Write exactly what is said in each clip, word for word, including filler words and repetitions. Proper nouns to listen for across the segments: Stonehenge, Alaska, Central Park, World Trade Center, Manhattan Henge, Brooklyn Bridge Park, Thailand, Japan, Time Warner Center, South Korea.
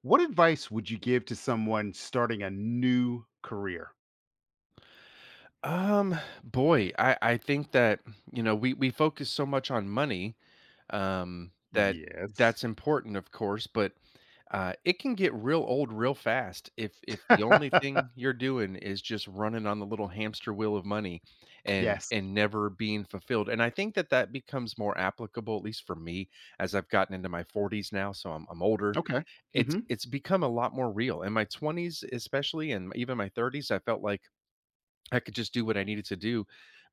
What advice would you give to someone starting a new career? Um, Boy, I I think that, you know, we we focus so much on money, um, that Yes. that's important, of course, but, uh, it can get real old real fast if if the only thing you're doing is just running on the little hamster wheel of money and Yes. and never being fulfilled, and I think that that becomes more applicable, at least for me, as I've gotten into my forties now, so I'm I'm older. Okay. It's Hmm. it's become a lot more real. In my twenties, especially, and even my thirties, I felt like I could just do what I needed to do.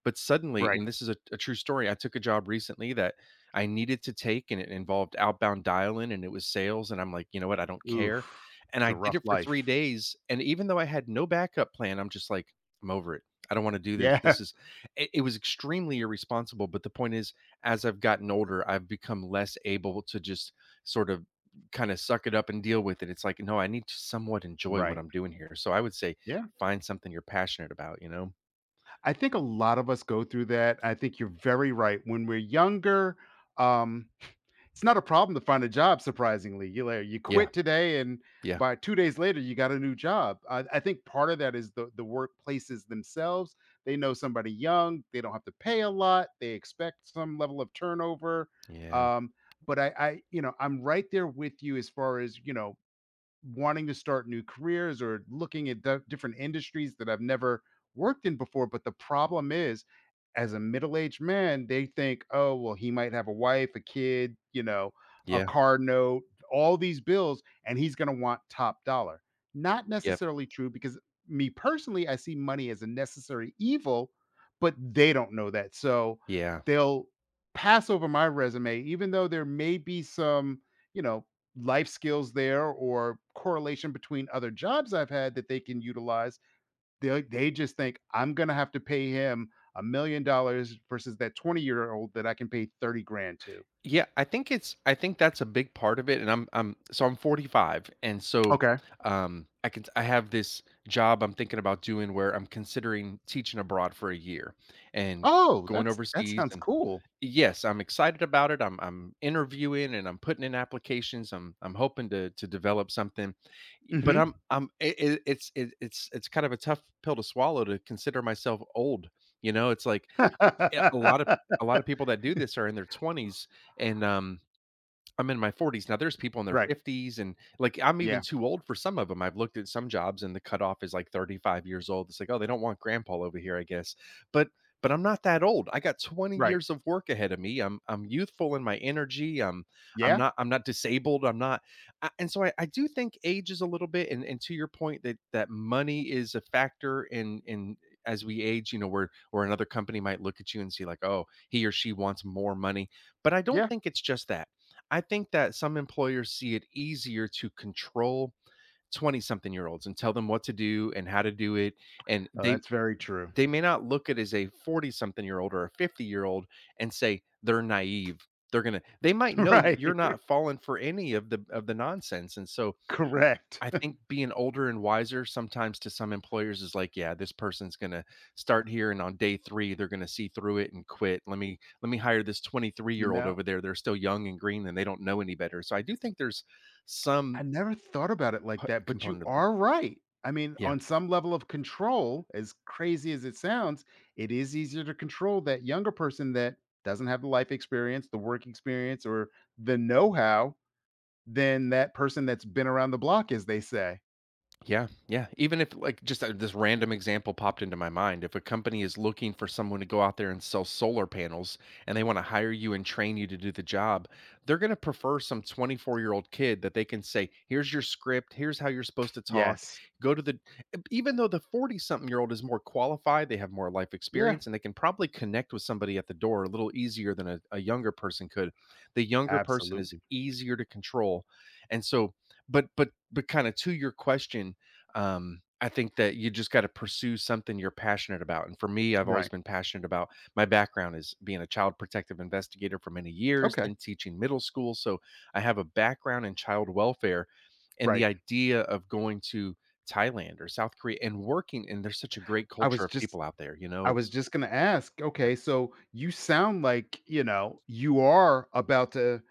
But suddenly, Right. and this is a, a true story, I took a job recently that I needed to take and it involved outbound dial in and it was sales. And I'm like, you know what? I don't care. Oof. And It's I a did rough it for three life. days. And even though I had no backup plan, I'm just like, I'm over it. I don't want to do this. Yeah. This is, it, it was extremely irresponsible. But the point is, as I've gotten older, I've become less able to just sort of kind of suck it up and deal with it. It's like, no, I need to somewhat enjoy what Right. I'm doing here. So I would say, Yeah. find something you're passionate about, you know? I think a lot of us go through that. I think you're very right. When we're younger, um, it's not a problem to find a job, surprisingly. You like, you Yeah, quit today, and yeah, by two days later, you got a new job. I, I think part of that is the the workplaces themselves. They know somebody young. They don't have to pay a lot. They expect some level of turnover. yeah, Um, but I, I, you know, I'm right there with you as far as you know wanting to start new careers or looking at di different industries that I've never worked in before, but the problem is, as a middle-aged man, they think, "Oh, well, he might have a wife, a kid, you know, a yeah, car note, all these bills, and he's gonna want top dollar." Not yep, necessarily true because me personally, I see money as a necessary evil, but they don't know that, so yeah. they'll pass over my resume even though there may be some, you know, life skills there or correlation between other jobs I've had that they can utilize. They they just think I'm gonna have to pay him a million dollars versus that twenty-year-old that I can pay thirty grand to. Yeah, I think it's I think that's a big part of it, and I'm I'm so I'm forty-five, and so, Okay. um, I can I have this job I'm thinking about doing where I'm considering teaching abroad for a year and Oh, going that's that overseas, sounds and cool. yes, I'm excited about it. I'm I'm interviewing and I'm putting in applications. I'm I'm hoping to to develop something, but I'm Mhm. I'm it, it's it, it's it's kind of a tough pill to swallow to consider myself old. You know, it's like yeah, a lot of a lot of people that do this are in their twenties, and um, I'm in my forties now, there's people in their Right. fifties and, like, I'm even Yeah. too old for some of them. 'em. I've looked at some jobs and the cutoff is, like, thirty-five years old. It's like, "Oh, they don't want grandpa over here, I guess." But but I'm not that old. I got twenty Right. years of work ahead of me. I'm I'm youthful in my energy. I'm I'm Yeah. not I'm not disabled. I'm not a and so I I do think age is a little bit and and to your point that that money is a factor in in as we age, you know, where where another company might look at you and see like, "Oh, he or she wants more money." But I don't Yeah. think it's just that. I think that some employers see it easier to control twenty something year olds and tell them what to do and how to do it, and Oh, they that's very true. they may not look at it as a forty something year old or a fifty year old and say they're naive. They're gonna they might know Right. you're not falling for any of the of the nonsense, and so Correct. I think being older and wiser sometimes to some employers is like, yeah, this person's gonna start here and on day three, they're gonna see through it and quit. Let me let me hire this 23 You year old know? over there. They're still young and green and they don't know any better. So I do think there's I some never thought about it like p- that, but you component of that. are right. I mean, Yeah. on some level of control, as crazy as it sounds, it is easier to control that younger person that doesn't have the life experience, the work experience, or the know how than that person that's been around the block, as they say. Yeah, yeah. Even if like just uh, this random example popped into my mind, if a company is looking for someone to go out there and sell solar panels and they want to hire you and train you to do the job, they're going to prefer some twenty-four-year-old kid that they can say, "Here's your script, here's how you're supposed to talk." Yes. Go to the e, Even though the forty-something-year-old is more qualified, they have more life Yeah. experience and they can probably connect with somebody at the door a little easier than a, a younger person could. The younger person is Absolutely. easier to control. And so but but but Kind of to your question, um, I think that you just gotta pursue something you're passionate about, and for me, I've always Right. been passionate about. My background is being a child protective investigator for many years, Okay. then teaching middle school, so I have a background in child welfare, and the Right. idea of going to Thailand or South Korea and working and there's such a great I culture was of just. people out there, you know, I was it's. just going to ask, okay, so you sound like, you know, you are about to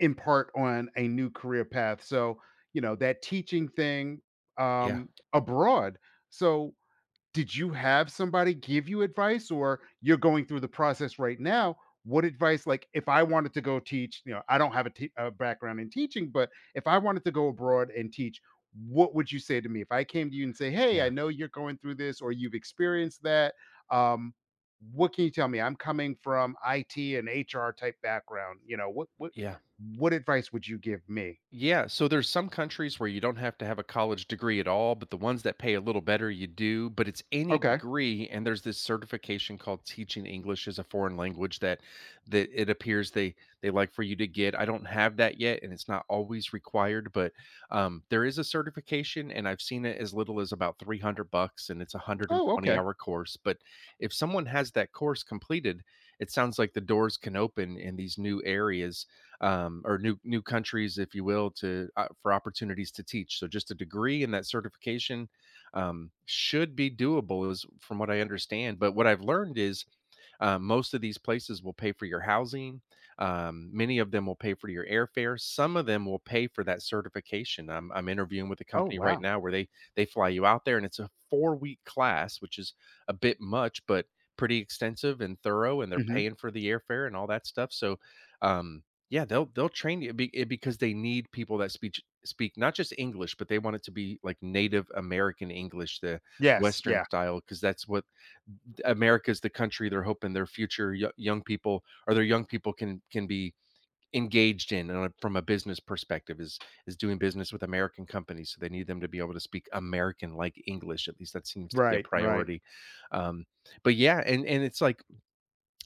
in part on a new career path. So, you know, that teaching thing Yeah, um abroad. So did you have somebody give you advice or you're going through the process right now? What advice, like, if I wanted to go teach, you know, I don't have a te- a background in teaching, but if I wanted to go abroad and teach, what would you say to me? If I came to you and say, "Hey, I yeah, know you're going through this or you've experienced that, um, what can you tell me? I'm coming from I T and H R type background." You know, what what yeah. what advice would you give me? Yeah, so there's some countries where you don't have to have a college degree at all, but the ones that pay a little better, you do. But it's any Okay. degree, and there's this certification called teaching English as a foreign language that that it appears they they like for you to get. I don't have that yet, and it's not always required, but um, there is a certification, and I've seen it as little as about three hundred bucks, and it's a 120 Oh, okay. hour course. But if someone has that course completed, it sounds like the doors can open in these new areas, um, or new new countries, if you will, to uh, for opportunities to teach. So just a degree and that certification um, should be doable, is from what I understand. But what I've learned is uh, most of these places will pay for your housing. Um, many of them will pay for your airfare. Some of them will pay for that certification. I'm, I'm interviewing with a Oh, company right wow. now where they they fly you out there, and it's a four week class, which is a bit much, but pretty extensive and thorough. And they're Mhm. paying for the airfare and all that stuff. So, um, yeah, they'll they'll train you be- it because they need people that speak speak not just English, but they want it to be like Native American English, the Yes, Western yeah. style, because that's what America's the country they're hoping their future yo- young people or their young people can can be engaged in and, uh, from a business perspective is is doing business with American companies. So they need them to be able to speak American like English. At least that seems to be a Right, right. priority. Um, but yeah, and and it's like,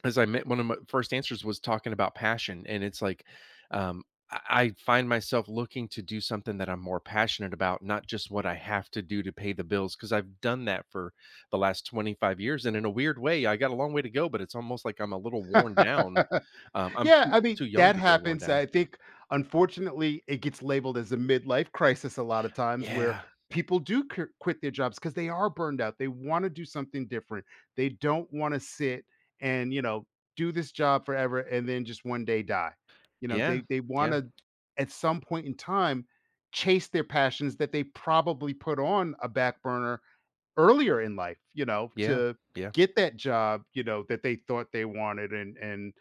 as I met, one of my first answers was talking about passion, and it's like, um, I I find myself looking to do something that I'm more passionate about, not just what I have to do to pay the bills, because I've done that for the last twenty-five years. And in a weird way, I got a long way to go, but it's almost like I'm a little worn down. Um, I'm Yeah, too, I I'm too mean, young that to feel worn happens. down. I think, unfortunately, it gets labeled as a midlife crisis a lot of times where Yeah, people do qu- quit their jobs because they are burned out. They want to do something different. They don't want to sit and, you know, do this job forever and then just one day die. You know, yeah, they, they want yeah, to, at some point in time, chase their passions that they probably put on a back burner earlier in life, you know, yeah, to yeah, get that job, you know, that they thought they wanted and, and,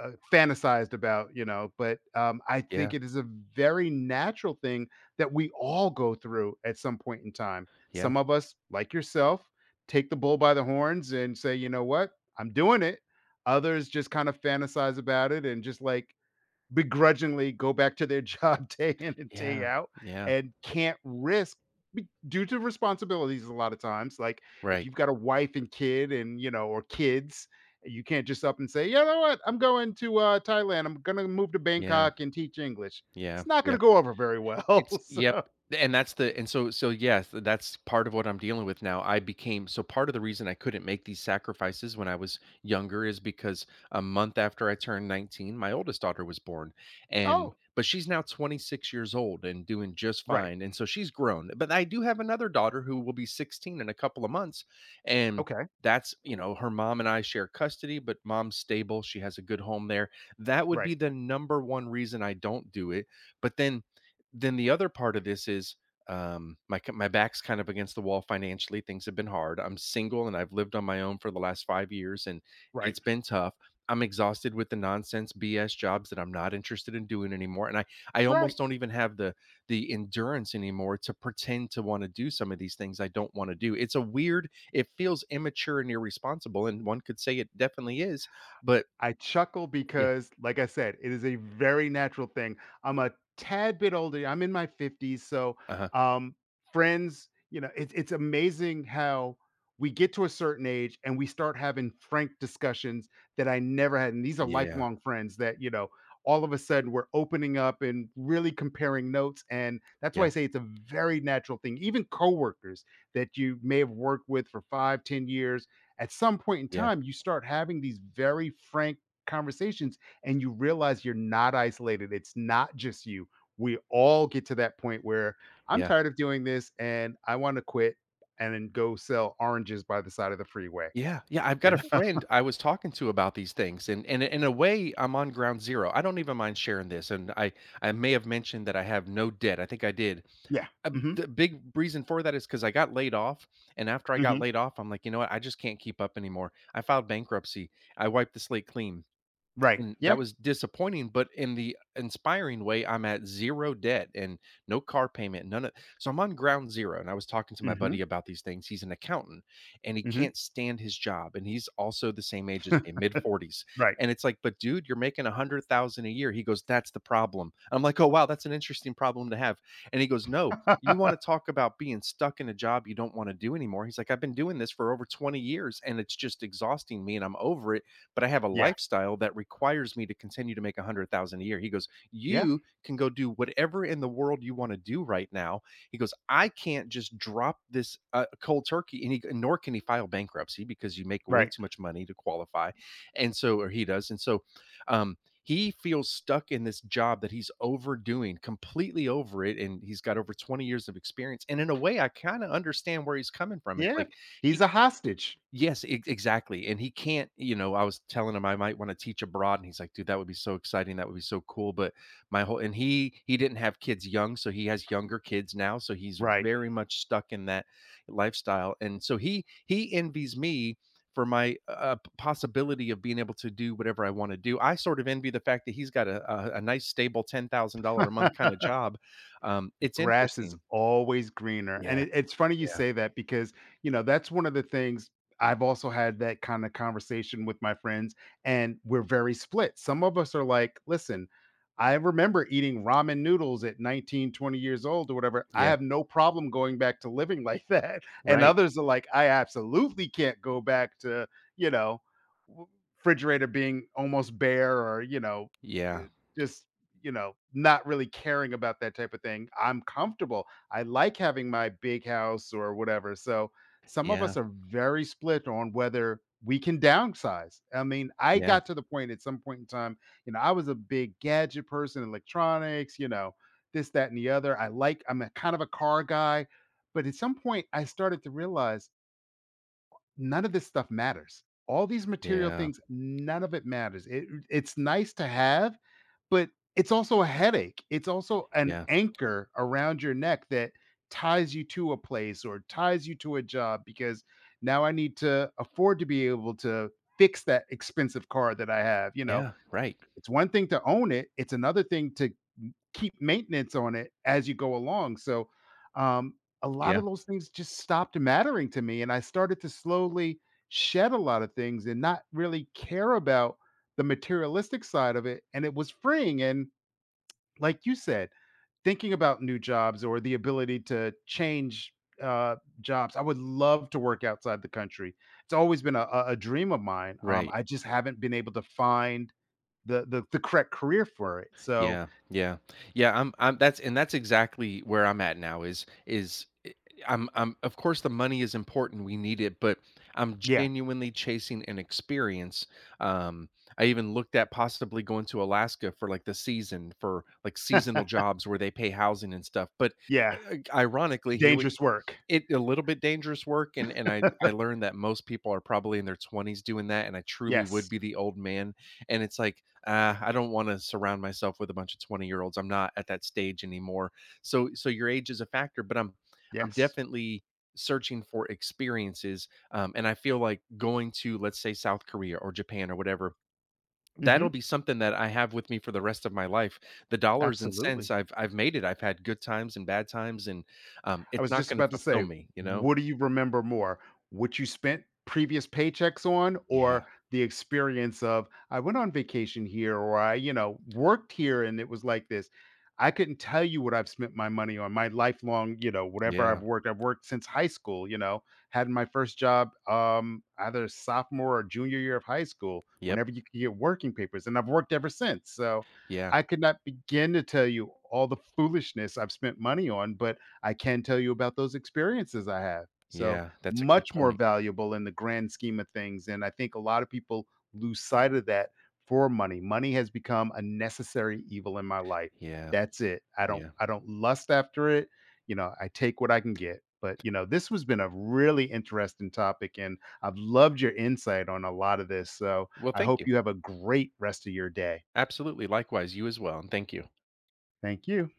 uh, fantasized about, you know, but, um, I yeah, think it is a very natural thing that we all go through at some point in time. yeah, Some of us, like yourself, take the bull by the horns and say, "You know what? I'm doing it." Others just kind of fantasize about it and just like begrudgingly go back to their job day in and day yeah, out yeah. and can't risk be- due to responsibilities a lot of times, like if Right. you've got a wife and kid and you know or kids, you can't just up and say, "You know what, I'm going to, uh, Thailand. I'm going to move to Yeah, Bangkok and teach English." yeah. It's not going Yeah. to go over very well. It's Yep, So. and that's the and so so yes, th- that's part of what I'm dealing with now. I became So part of the reason I couldn't make these sacrifices when I was younger is because a month after I turned nineteen, my oldest daughter was born. And Oh. but she's now twenty-six years old and doing just Right. fine. And so she's grown. But I do have another daughter who will be sixteen in a couple of months. And Okay. that's, you know, Her mom and I share custody, but mom's stable. She has a good home there. That would Right. be the number one reason I don't do it. But then then the other part of this is um, my my back's kind of against the wall financially. Things have been hard. I'm single and I've lived on my own for the last five years, and Right. it's been tough. I'm exhausted with the nonsense B S jobs that I'm not interested in doing anymore, and I I Right. almost don't even have the the endurance anymore to pretend to want to do some of these things I don't want to do. It's a weird. It feels immature and irresponsible, and one could say it definitely is. But I chuckle yeah, because, like I said, it is a very natural thing. I'm a tad bit older. I'm in my fifties. So, uh huh, um, friends, you know, it's it's amazing how we get to a certain age and we start having frank discussions that I never had. And these are yeah, lifelong friends that, you know, all of a sudden we're opening up and really comparing notes. And that's why yeah, I say it's a very natural thing. Even coworkers that you may have worked with for five, ten years, at some point in yeah, time, you start having these very frank conversations and you realize you're not isolated. It's not just you. We all get to that point where I'm yeah. tired of doing this and I want to quit and then go sell oranges by the side of the freeway. Yeah, yeah, I've You got a know? friend I was talking to about these things, and and in a way, I'm on ground zero. I don't even mind sharing this, and I I may have mentioned that I have no debt. I think I did. Yeah. Uh, hmm. The big reason for that is because I got laid off, and after I got Hmm. laid off, I'm like, you know what? I just can't keep up anymore. I filed bankruptcy. I wiped the slate clean. Right. And Yeah. that was disappointing, but in the inspiring way, I'm at zero debt and no car payment, none of so I'm on ground zero, and I was talking to my buddy Hmm. about these things. He's an accountant, and he Hmm. can't stand his job, and he's also the same age as me, mid-forties, Right. and it's like, "But dude, you're making a hundred thousand a year." He goes, "That's the problem." I'm like, "Oh, wow, that's an interesting problem to have," and he goes, "No, you wanna talk about being stuck in a job you don't wanna do anymore." He's like, "I've been doing this for over twenty years, and it's just exhausting me, and I'm over it." But I have a Yeah. lifestyle that requires me to continue to make a hundred thousand a year. He goes, Yeah. "You can go do whatever in the world you want to do right now." He goes, "I can't just drop this uh, cold turkey and he, nor can he file bankruptcy because you make way Right. too much money to qualify." And so, or he does. And so um he feels stuck in this job that he's overdoing, completely over it. And he's got over twenty years of experience. And in a way, I kind of understand where he's coming from. It's Yeah. like He's he a hostage. yes, e exactly, and he can't you know, I was telling him I might wanna teach abroad, and he's like, "Dude, that would be so exciting, that would be so cool," but my whole and he he didn't have kids young, so he has younger kids now, so he's Right. very much stuck in that lifestyle, and so he he envies me for my, uh, p possibility of being able to do whatever I wanna do. I sort of envy the fact that he's got a a a nice stable ten thousand dollars a month kinda job. Um, it's Grass is interesting. always greener. And Yeah, it, it's funny you yeah, say that because, you know, that's one of the things I've also had that kind of conversation with my friends, and we're very split. Some of us are like, listen, I remember eating ramen noodles at nineteen, twenty years old or whatever. I yeah. have no problem going back to living like that. And Right. others are like, I absolutely can't go back to, you know, w- refrigerator being almost bare or, you know, eh, Yeah, just you know, not really caring about that type of thing. I'm comfortable. I like having my big house or whatever. So some of us yeah, are very split on whether we can downsize. I mean, I yeah, got to the point at some point in time, you know, I was a big gadget person, electronics, you know, this, that, and the other. I like, I'm a kind of a car guy. But at some point, I started to realize none of this stuff matters. All these material yeah. things, none of it matters. It it's nice to have, but it's also a headache. It's also an Yeah. anchor around your neck that ties you to a place or ties you to a job because now I need to afford to be able to fix that expensive car that I have, you know. Yeah, right. It's one thing to own it, it's another thing to keep maintenance on it as you go along. So, um, a lot Yeah, of those things just stopped mattering to me, and I started to slowly shed a lot of things and not really care about the materialistic side of it, and it was freeing, and like you said, thinking about new jobs or the ability to change, uh, jobs, I would love to work outside the country. It's always been a a a dream of mine, um, right. I just haven't been able to find the the the correct career for it, so Yeah, yeah. Yeah, I'm I'm that's and that's exactly where I'm at now. Is is I I'm I'm Of course the money is important, we need it, but I'm yeah. genuinely chasing an experience. Um, I even looked at possibly going to Alaska for, like, the season for, like, seasonal jobs where they pay housing and stuff, but Yeah. I ironically, here we Dangerous work. it a little bit dangerous work, and and I I learned that most people are probably in their twenties doing that, and I truly would Yes. be the old man, and it's like, "Ah, I don't wanna surround myself with a bunch of twenty-year-olds, I'm not at that stage anymore." So so your age is a factor, but I'm I'm Yes. definitely searching for experiences, um, and I feel like going to, let's say, South Korea or Japan or whatever, that'll Mhm. be something that I have with me for the rest of my life. The dollars and cents, Absolutely. I've I've made it. I've had good times and bad times, and, um, I it's was not just gonna about to fulfill say, me, you know? what do you remember more? What you spent previous paychecks on Yeah, or the experience of I went on vacation here or I, you know, worked here and it was like this. I couldn't tell you what I've spent my money on. My lifelong, you know, whatever yeah, I've worked, I've worked since high school, you know, had my first job um either sophomore or junior year of high school, yep, whenever you could get working papers. And I've worked ever since. So yeah, I could not begin to tell you all the foolishness I've spent money on, but I can tell you about those experiences I have. So yeah, that's a good much more point. valuable in the grand scheme of things. And I think a lot of people lose sight of that for money. Money has become a necessary evil in my life. Yeah, That's it. I don't yeah. I don't lust after it. You know, I take what I can get. But you know, this has been a really interesting topic and I've loved your insight on a lot of this. So Well, I thank hope you. you have a great rest of your day. Absolutely, likewise, you as well, and thank you. Thank you.